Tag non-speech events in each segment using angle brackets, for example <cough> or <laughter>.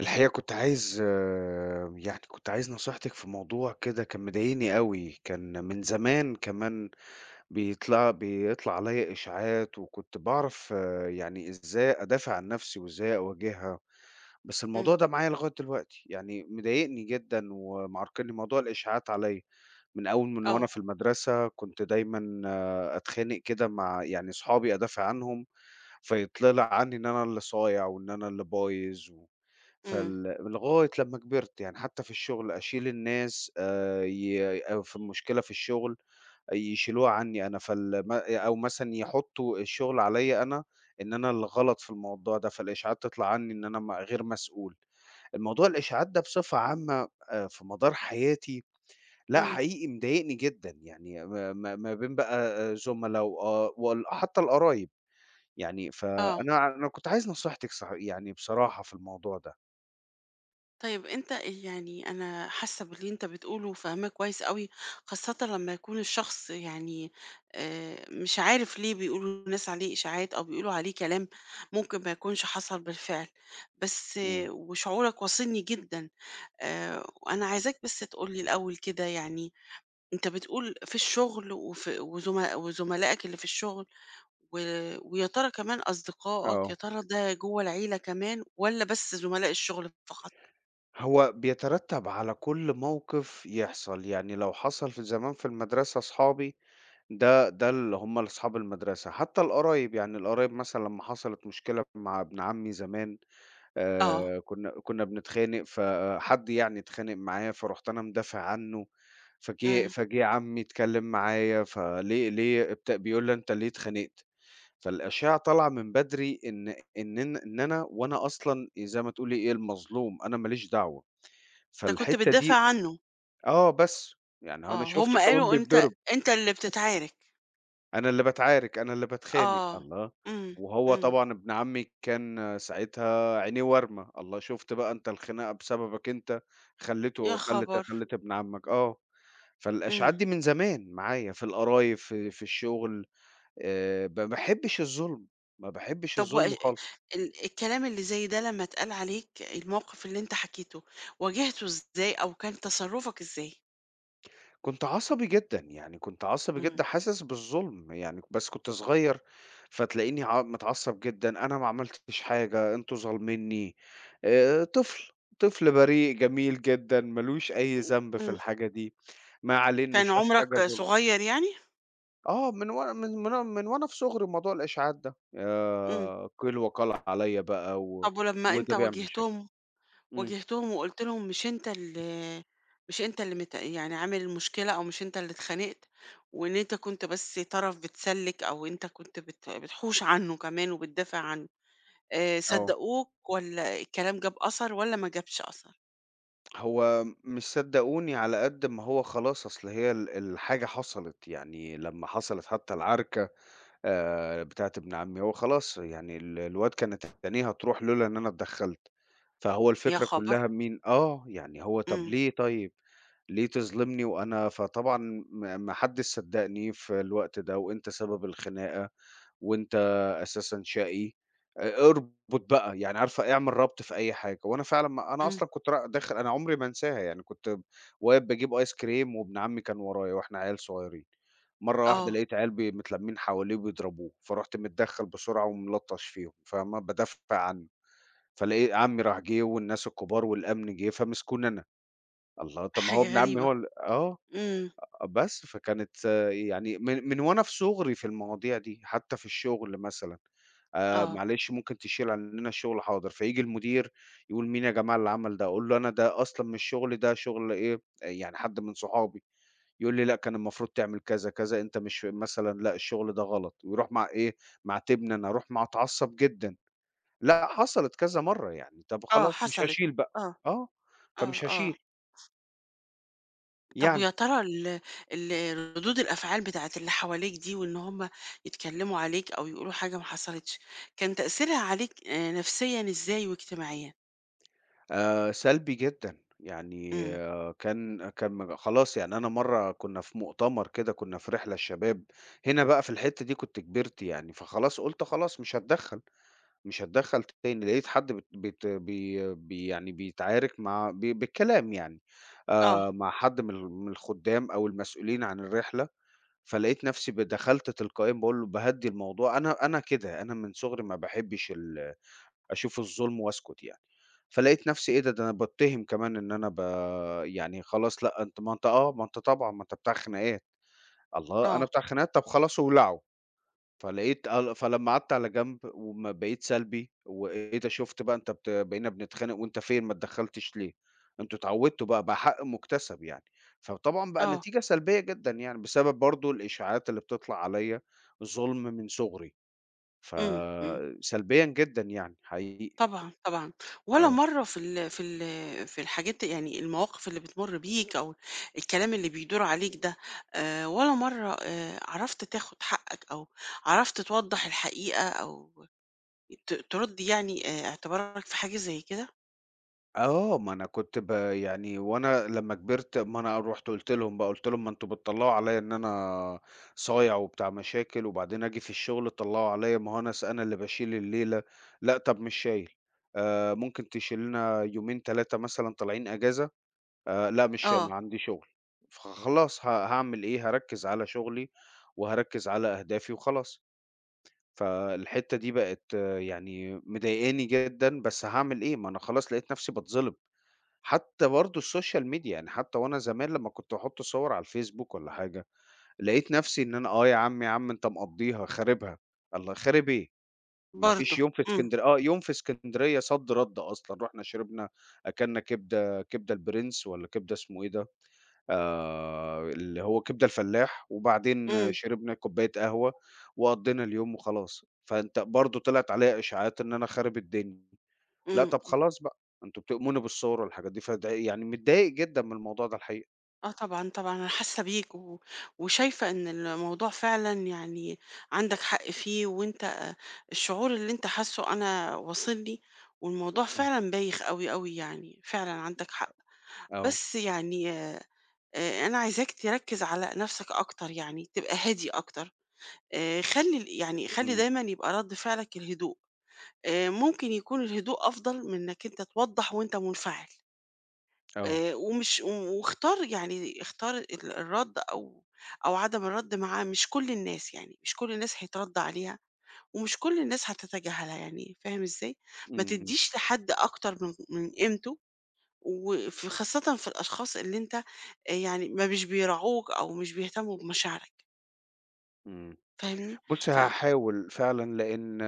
الحقيقة كنت عايز نصيحتك في موضوع كده، كان مضايقني قوي، كان من زمان كمان. بيطلع عليا إشاعات، وكنت بعرف يعني إزاي أدافع عن نفسي وإزاي أواجهها. بس الموضوع إمم. ده معايا لغاية دلوقتي، يعني مضايقني جدا ومعرقلني موضوع الإشاعات عليا. من أول من وأنا آه. في المدرسة كنت دايما أتخانق كده مع يعني صحابي أدافع عنهم، فيطلع عني إن أنا اللي صايع وإن أنا اللي بايظ. إمم. فال لغاية لمّا كبرت، يعني حتى في الشغل أشيل الناس، ي أو في مشكلة في الشغل، يشيلوها عني أنا، فال م أو مثلًا يحطّوا الشغل عليّا أنا، إن أنا اللي غلط في الموضوع ده، فالإشاعات تطلع عني إن أنا غير مسؤول. الموضوع الإشاعات ده بصفة عامة، في مدار حياتي، لأ إمم. حقيقي مضايقني جدًا، يعني ما بين بقى زُملا وآ وال حتى القرايب، يعني آه. فأنا كنت عايز نصيحتِك، صح، يعني بصراحة في الموضوع ده. طيب، أنت يعني أنا حاسة باللي أنت بتقوله وفاهماه كويس أوي، خاصةً لمّا يكون الشخص يعني مش عارف ليه بيقولوا الناس عليه إشاعات أو بيقولوا عليه كلام ممكن ما يكونش حصل بالفعل، بس إمم، وشعورك واصلني جدًا. وأنا عايزاك بس تقول لي الأول كده، يعني أنت بتقول في الشغل وفي وزما وزملائك اللي في الشغل و ويا ترى كمان أصدقائك، آه. يا ترى ده جوّه العيلة كمان والّا بس زملاء الشغل فقط؟ هو بيترتب على كل موقف يحصل، يعني لو حصل في زمان في المدرسة أصحابي ده اللي هم أصحاب المدرسة، حتى القرايب، يعني القرايب مثلًا لمّا حصلت مشكلة مع ابن عمي زمان، آه. كنا بنتخانق فحد يعني اتخانق معايا فرُحت أنا مدافع عنه. فجِه إمم. فجِه عمي، اتكلم معايا، فليه ليه بت بيقول لي: "أنت ليه اتخانقت؟" فالأشعة طالعة من بدري، إن أنا، وأنا أصلًا زي ما تقولي إيه المظلوم، أنا ما ليش دعوة. أنت كنت فالحتّة بتدافع دي، عنه. آه بس، يعني هو أنا آه. هم شُفته كمان قالوا أنت بيتضرب. اللي بتتعارك. أنا اللي باتعارك، أنا اللي باتخانق، آه. الله! إمم. وهو إمم. طبعًا ابن عمي كان ساعتها عينيه وارمة، الله! شُفت بقى أنت الخناقة بسببك أنت، يا خلّيته خلّت خبر! خلّت ابن عمك آه. فالأشعاعات إمم. دي من زمان معايا في القرايب، في الشغل، ب ما باحبش الظلم، ما باحبش طب، و الظلم خالص. الكلام اللي زي ده لمّا اتقال عليك، الموقف اللي أنت حكيته، واجهته إزاي أو كان تصرفك إزاي؟ كنت عصبي جدًا، يعني كنت عصبي إمم. جدًا حاسس بالظلم، يعني بس كنت صغير، فتلاقيني متعصب جدًا، أنا ما عملتش حاجة، أنتم ظالمينّي. طفل، طفل بريء جميل جدًا ما لوش أي ذنب في إمم. الحاجة دي، ما عليه إنه <laughs> كان شاف حاجة عمرك ظلم. صغير يعني؟ آه، من وأنا من من وأنا من وأنا في صغري موضوع الإشاعات ده، إمم. يا قيل وقال عليَّ بقى، و طب، ولمّا أنت وده بيعمل مشاكل. إمم، واجهتهم وقُلت لهم مش أنت اللي يعني عامل المشكلة، أو مش أنت اللي اتخانقت، وإن أنت كنت بس طرف بتسلِّك، أو أنت كنت بتحوش عنه كمان وبتدافع عنه، آه. صدّقوك والّا الكلام جاب أثر والّا ما جابش أثر؟ هو مش صدّقوني على قد ما هو خلاص، أصل هي الحاجة حصلت، يعني لمّا حصلت حتى العركة بتاعة ابن عمي، هو خلاص يعني الواد كانت عينيه هتروح لولا إن أنا اتدخّلت. فهو يا الفكرة خبر! كلّها مين، آه، يعني هو طَب إمم. ليه، طيب، ليه تظلمني وأنا، فطبعًا ما حدّش صدّقني في الوقت ده، وأنت سبب الخناقة. وأنت أساسًا شقي، اربط بقى، يعني عارفة اعمل ربط في أي حاجة. وأنا فعلًا ما أنا إمم. أصلًا كنت داخل، أنا عمري ما أنساها، يعني كنت واقف باجيب آيس كريم وابن عمي كان ورايا وإحنا عيال صغيرين. مرّة واحدة آه. لقيت عيال متلمّين حواليه وبيضربوه، فرُحت متدخّل بسرعة وملطّش فيهم، فاهمة، بادافع عنه. عمي راح جه، والناس الكبار والأمن جه فمسكوني أنا. الله! طب ما هو حاجة ابن عمي غريبة. هو آه. إمم. بس، فكانت آه، يعني من وأنا في صُغري في المواضيع دي. حتى في الشغل مثلًا، آه. معلش ممكن تشيل عننا الشغل، حاضر. فييجي المدير يقول: "مين يا جماعة اللي عمل ده؟" أقول له: "أنا ده أصلًا مش شغلي، ده شغل إيه، آه، يعني حد من صحابي." يقول لي: "لأ، كان المفروض تعمل كذا، كذا، أنت مش مثلًا، لأ، الشغل ده غلط." ويروح مع إيه، معاتبني أنا، أروح أتعصب جدًا. لأ، حصلت كذا مرّة يعني، طَب آه خلاص مش حصلت. هاشيل بقى، آه. آه، آه. فمش آه. هاشيل طب، يعني. ويا ترى ال ال ردود الأفعال بتاعة اللي حواليك دي، وإن هم يتكلموا عليك أو يقولوا حاجة ما حصلتش، كان تأثيرها عليك نفسيًا إزاي واجتماعيًا؟ سلبي جدًا، يعني إمم. آه، كان كان خلاص، يعني أنا مرّة كنا في مؤتمر كده، كنا في رحلة الشباب، هنا بقى في الحتّة دي كنت كبرت، يعني فخلاص قُلت خلاص مش هاتدخّل، مش هاتدخّل تاني. لقيت حد بت بت بي بي يعني بيتعارك مع بالكلام، يعني آه. مع حد من من الخُدّام أو المسؤولين عن الرحلة. فلقيت نَفْسي دخلت تلقائيًا باقول له باهدّي الموضوع. أنا كده، أنا من صغري ما باحبّش أشوف الظلم وأسكت يعني. فلقيت نفسي إيه ده، ده أنا باتّهِم كمان إن أنا يعني، خلاص لأ، أنت ما أنت آه، ما أنت طبعًا، ما أنت بتاع خناقات. الله! أنا آه. بتاع خناقات، طب خلاص اولعوا. فلقيت ال فلمّا قعدت على جنب، وما بقيت سلبي، وإيه ده، شُفت بقى أنت بقينا بنتخانق وأنت فين، ما اتدخّلتش ليه؟ أنتم اتعوّدتوا بقى، بقى حق مُكتسب يعني. فطبعًا بقى آه. النتيجة سلبية جدًا يعني، بسبب برضه الإشاعات اللي بتطلع عليّا، ظُلم من صُغري، إمم. إمم. فسلبيًا جدًا يعني حقيقي. طبعًا، طبعًا. ولا آه. مرّة في ال في ال في الحاجات، يعني المواقف اللي بتمُر بيك، أو الكلام اللي بيدور عليك ده، ولا مرّة عرفت تاخد حقك، أو عرفت توضّح الحقيقة، أو ترُد يعني اعتبارك في حاجة زي كده؟ آه، ما أنا كنت يعني، وأنا لمّا كبرت ما أنا رُحت قُلت لهم بقى، قُلت لهم: "ما أنتم بتطلّعوا عليّا إن أنا صايع وبتاع مشاكل، وبعدين آجي في الشغل تطلّعوا عليّا، ما هو أنا أنا اللي باشيل الليلة، لأ طَب مش شايل، ممكن تشيل لنا يومين 3 مثلًا طالعين إجازة؟" لأ مش، آه. ما عندي شغل. فخلاص هاعمل إيه، هاركّز على شغلي وهاركّز على أهدافي وخلاص. فالحتّة دي بقت آه، يعني مضايقاني جدًا، بس هاعمل إيه، ما أنا خلاص لقيت نَفْسي باتظلم. حتى برضه السوشيال ميديا، يعني حتى وأنا زمان لمّا كنت باحُط صور على الفيسبوك والّا حاجة، لقيت نفسي إن أنا آه يا عم، يا عم أنت مقضّيها خاربها، الله خارب إيه؟ ما برضه. فيش يوم في إمم. اسكندر آه، يوم في اسكندرية رَد أصلًا. رُحنا شربنا، أكلنا كبدة البرنس والّا كبدة اسمه إيه ده، اللي هو كبدة الفلاح، وبعدين إمم. شربنا كوباية قهوة وقضّينا اليوم وخلاص. فأنت برضه طلعت عليَّ إشاعات إن أنا خارب الدنيا. لأ، إمم. طب إمم. خلاص بقى، أنتم بتؤمنوا بالصور والحاجات دي. يعني متضايق جدًا من الموضوع ده الحقيقة، آه، طبعًا، طبعًا أنا حاسة بيك وشايفة إن الموضوع فعلًا يعني عندك حق فيه، وأنت آه، الشعور اللي أنت حاسّه أنا واصل لي، والموضوع يعني، فعلًا بايخ أوي، أوي يعني، فعلًا عندك حق. آه، بس يعني أنا عايزاك تركّز على نَفْسك أكتر يعني، تبقى هادي أكتر. خلّي ال يعني خلّي إمم، دايمًا يبقى رَد فعلك الهدوء. ممكن يكون الهدوء أفضل من إنّك أنت توضّح وأنت منفعل. آه، ومش و واختار يعني اختار الرَد أو عدم الرَد معاه، مش كل الناس يعني، مش كل الناس هيترَد عليها، ومش كل الناس هتتجاهلها يعني، فاهم إزاي؟ ما إمم، تدّيش لحد أكتر من قيمته، خاصةً في الأشخاص اللي أنت يعني ما مش بيراعوك، أو مش بيهتموا بمشاعرك، إمم. فاهمني؟ بُصّي ف هاحاول فعلًا، لإن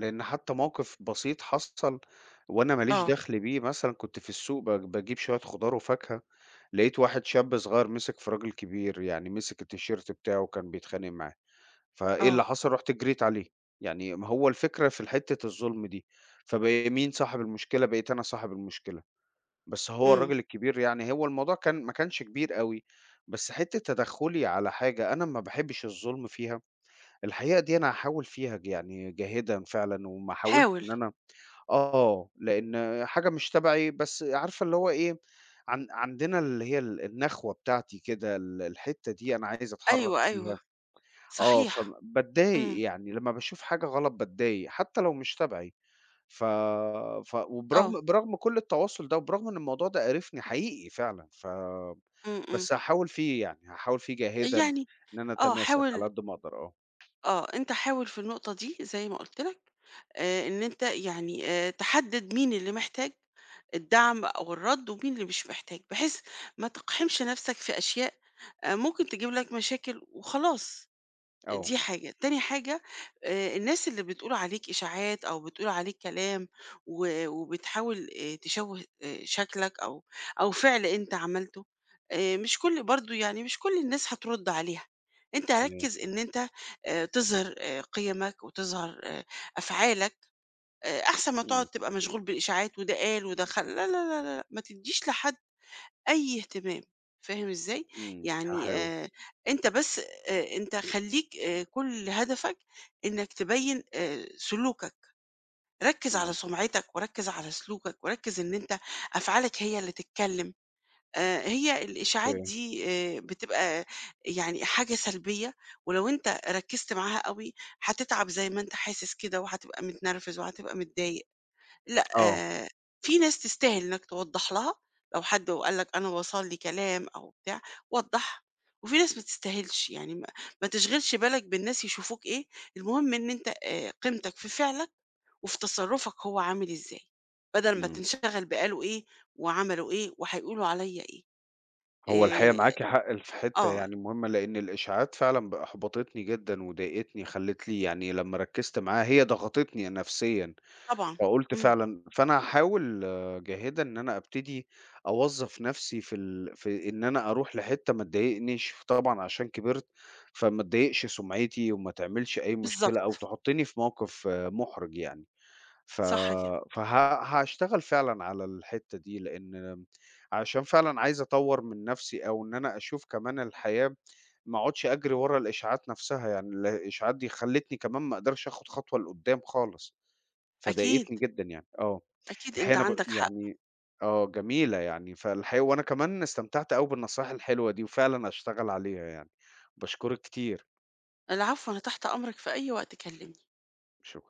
لإن حتى موقف بسيط حصل وأنا ما ليش آه. دخل بيه، مثلًا كنت في السوق باجيب شوية خضار وفاكهة، لقيت واحد شاب صغير مسك في راجل كبير، يعني مسك التيشيرت بتاعه وكان بيتخانق معاه. فإيه اللي آه. حصل، رُحت جريت عليه، يعني ما هو الفكرة في حتة الظلم دي، فبقى مين صاحب المشكلة، بقيت أنا صاحب المشكلة. بس هو إمم. الراجل الكبير، يعني هو الموضوع كان ما كانش كبير أوي، بس حتّة تدخُّلي على حاجة أنا ما باحبّش الظُلم فيها. الحقيقة دي أنا هاحاول فيها يعني جاهدًا فعلًا، وما حاولش حاول. إن أنا آه، لإن حاجة مش تبعي بس عارفة اللي هو إيه. عندنا اللي هي النخوة بتاعتي، كده الحتّة دي أنا عايز أتحرّك أيوه، أيوه، فيها، آه، صحيح. فباتضايق، إمم. يعني لمّا باشوف حاجة غلط باتضايق حتّى لو مش تبعي. ف ف آه. وبرغم كل التواصل ده، وبرغم إن الموضوع ده قارفني حقيقي فعلًا، إمم. إمم. بس هاحاول فيه يعني، هاحاول فيه جاهدًا يعني إن أنا آه، أتماسك على حاول قد ما أقدر، آه، آه، أنت حاول في النقطة دي زي ما قُلت لك، إن أنت يعني تحدد مين اللي محتاج الدعم أو الرَّد، ومين اللي مش محتاج، بحيث ما تقحمش نفسك في أشياء ممكن تجيب لك مشاكل وخلاص. آه، دي حاجة، تاني حاجة الناس اللي بتقول عليك إشاعات أو بتقول عليك كلام وبتحاول تشوّه شكلك، أو فعل أنت عملته، مش كل برضه يعني مش كل الناس هترُد عليها. أنت تمام، ركّز إن أنت تظهر قيمك، وتظهر أفعالك، أحسن ما تقعد إمم، تبقى مشغول بالإشاعات وده قال وده لا، لا، لا، لا، ما تدّيش لحد أي اهتمام، فاهم إزاي؟ إمم، يعني هاحاول، أنت بس أنت خلّيك، كل هدفك إنك تبيّن سلوكك، ركّز على إمم، سمعتك وركّز على سلوكك وركّز إن أنت أفعالك هي اللي تتكلّم. هي الإشاعات أوكي، دي بتبقى يعني حاجة سلبية، ولو أنت ركّزت معاها أوي، هتتعب زي ما أنت حاسس كده، وهتبقى متنرفز وهتبقى متضايق. لأ، آه، آآ في ناس تستاهل إنّك توضّح لها، لو حد وقال لك أنا وصل لي كلام أو بتاع، وضّحها، وفي ناس ما تستاهلش، يعني ما تشغلش بالك بالناس يشوفوك إيه، المهم إن أنت قيمتك في فعلك وفي تصرُّفك هو عامل إزاي، بدل ما إمم. تنشغل بقالوا إيه وعملوا إيه وهيقولوا عليّا إيه. هو الحقيقة آآ معاكِ حق في حتة آه، يعني مهمة، لإن الإشاعات فعلًا أحبطتني جدًا وضايقتني، خلّت لي يعني، لمّا ركّزت معاها هي ضغطتني نفسيًا. طبعًا. فقُلت إمم. فعلًا، فأنا هاحاول آه، جاهدًا إن أنا أبتدي أوظّف نَفْسي في ال في إن أنا أروح لحتّة ما تضايقنيش، طبعًا عشان كبرت، فما تضايقش سُمعتي وما تعملش أي مشكلة أو بالضبط. تحطّني في موقِف آه، مُحرج يعني. ف صح كده. فه هاشتغل فعلًا على الحتّة دي، لإن عشان فعلًا عايز أطوّر من نَفْسي، أو إن أنا أشوف كمان الحياة، ما أقعدش أجري ورا الإشاعات نَفْسها، يعني الإشاعات دي خلّتني كمان ما أقدرش آخُد خطوة لقُدّام خالص. فضايقتني أكيد، جدًا يعني، آه. أكيد الحقيقة أنت أنا عندك حق. يعني آه، جميلة يعني، فالحقيقة وأنا كمان استمتعت أوي بالنصايح الحلوة دي، وفعلًا هاشتغل عليها يعني، باشكرِك كتير، العفو، أنا تحت أمرك في أي وقت، كلمني. شكرًا.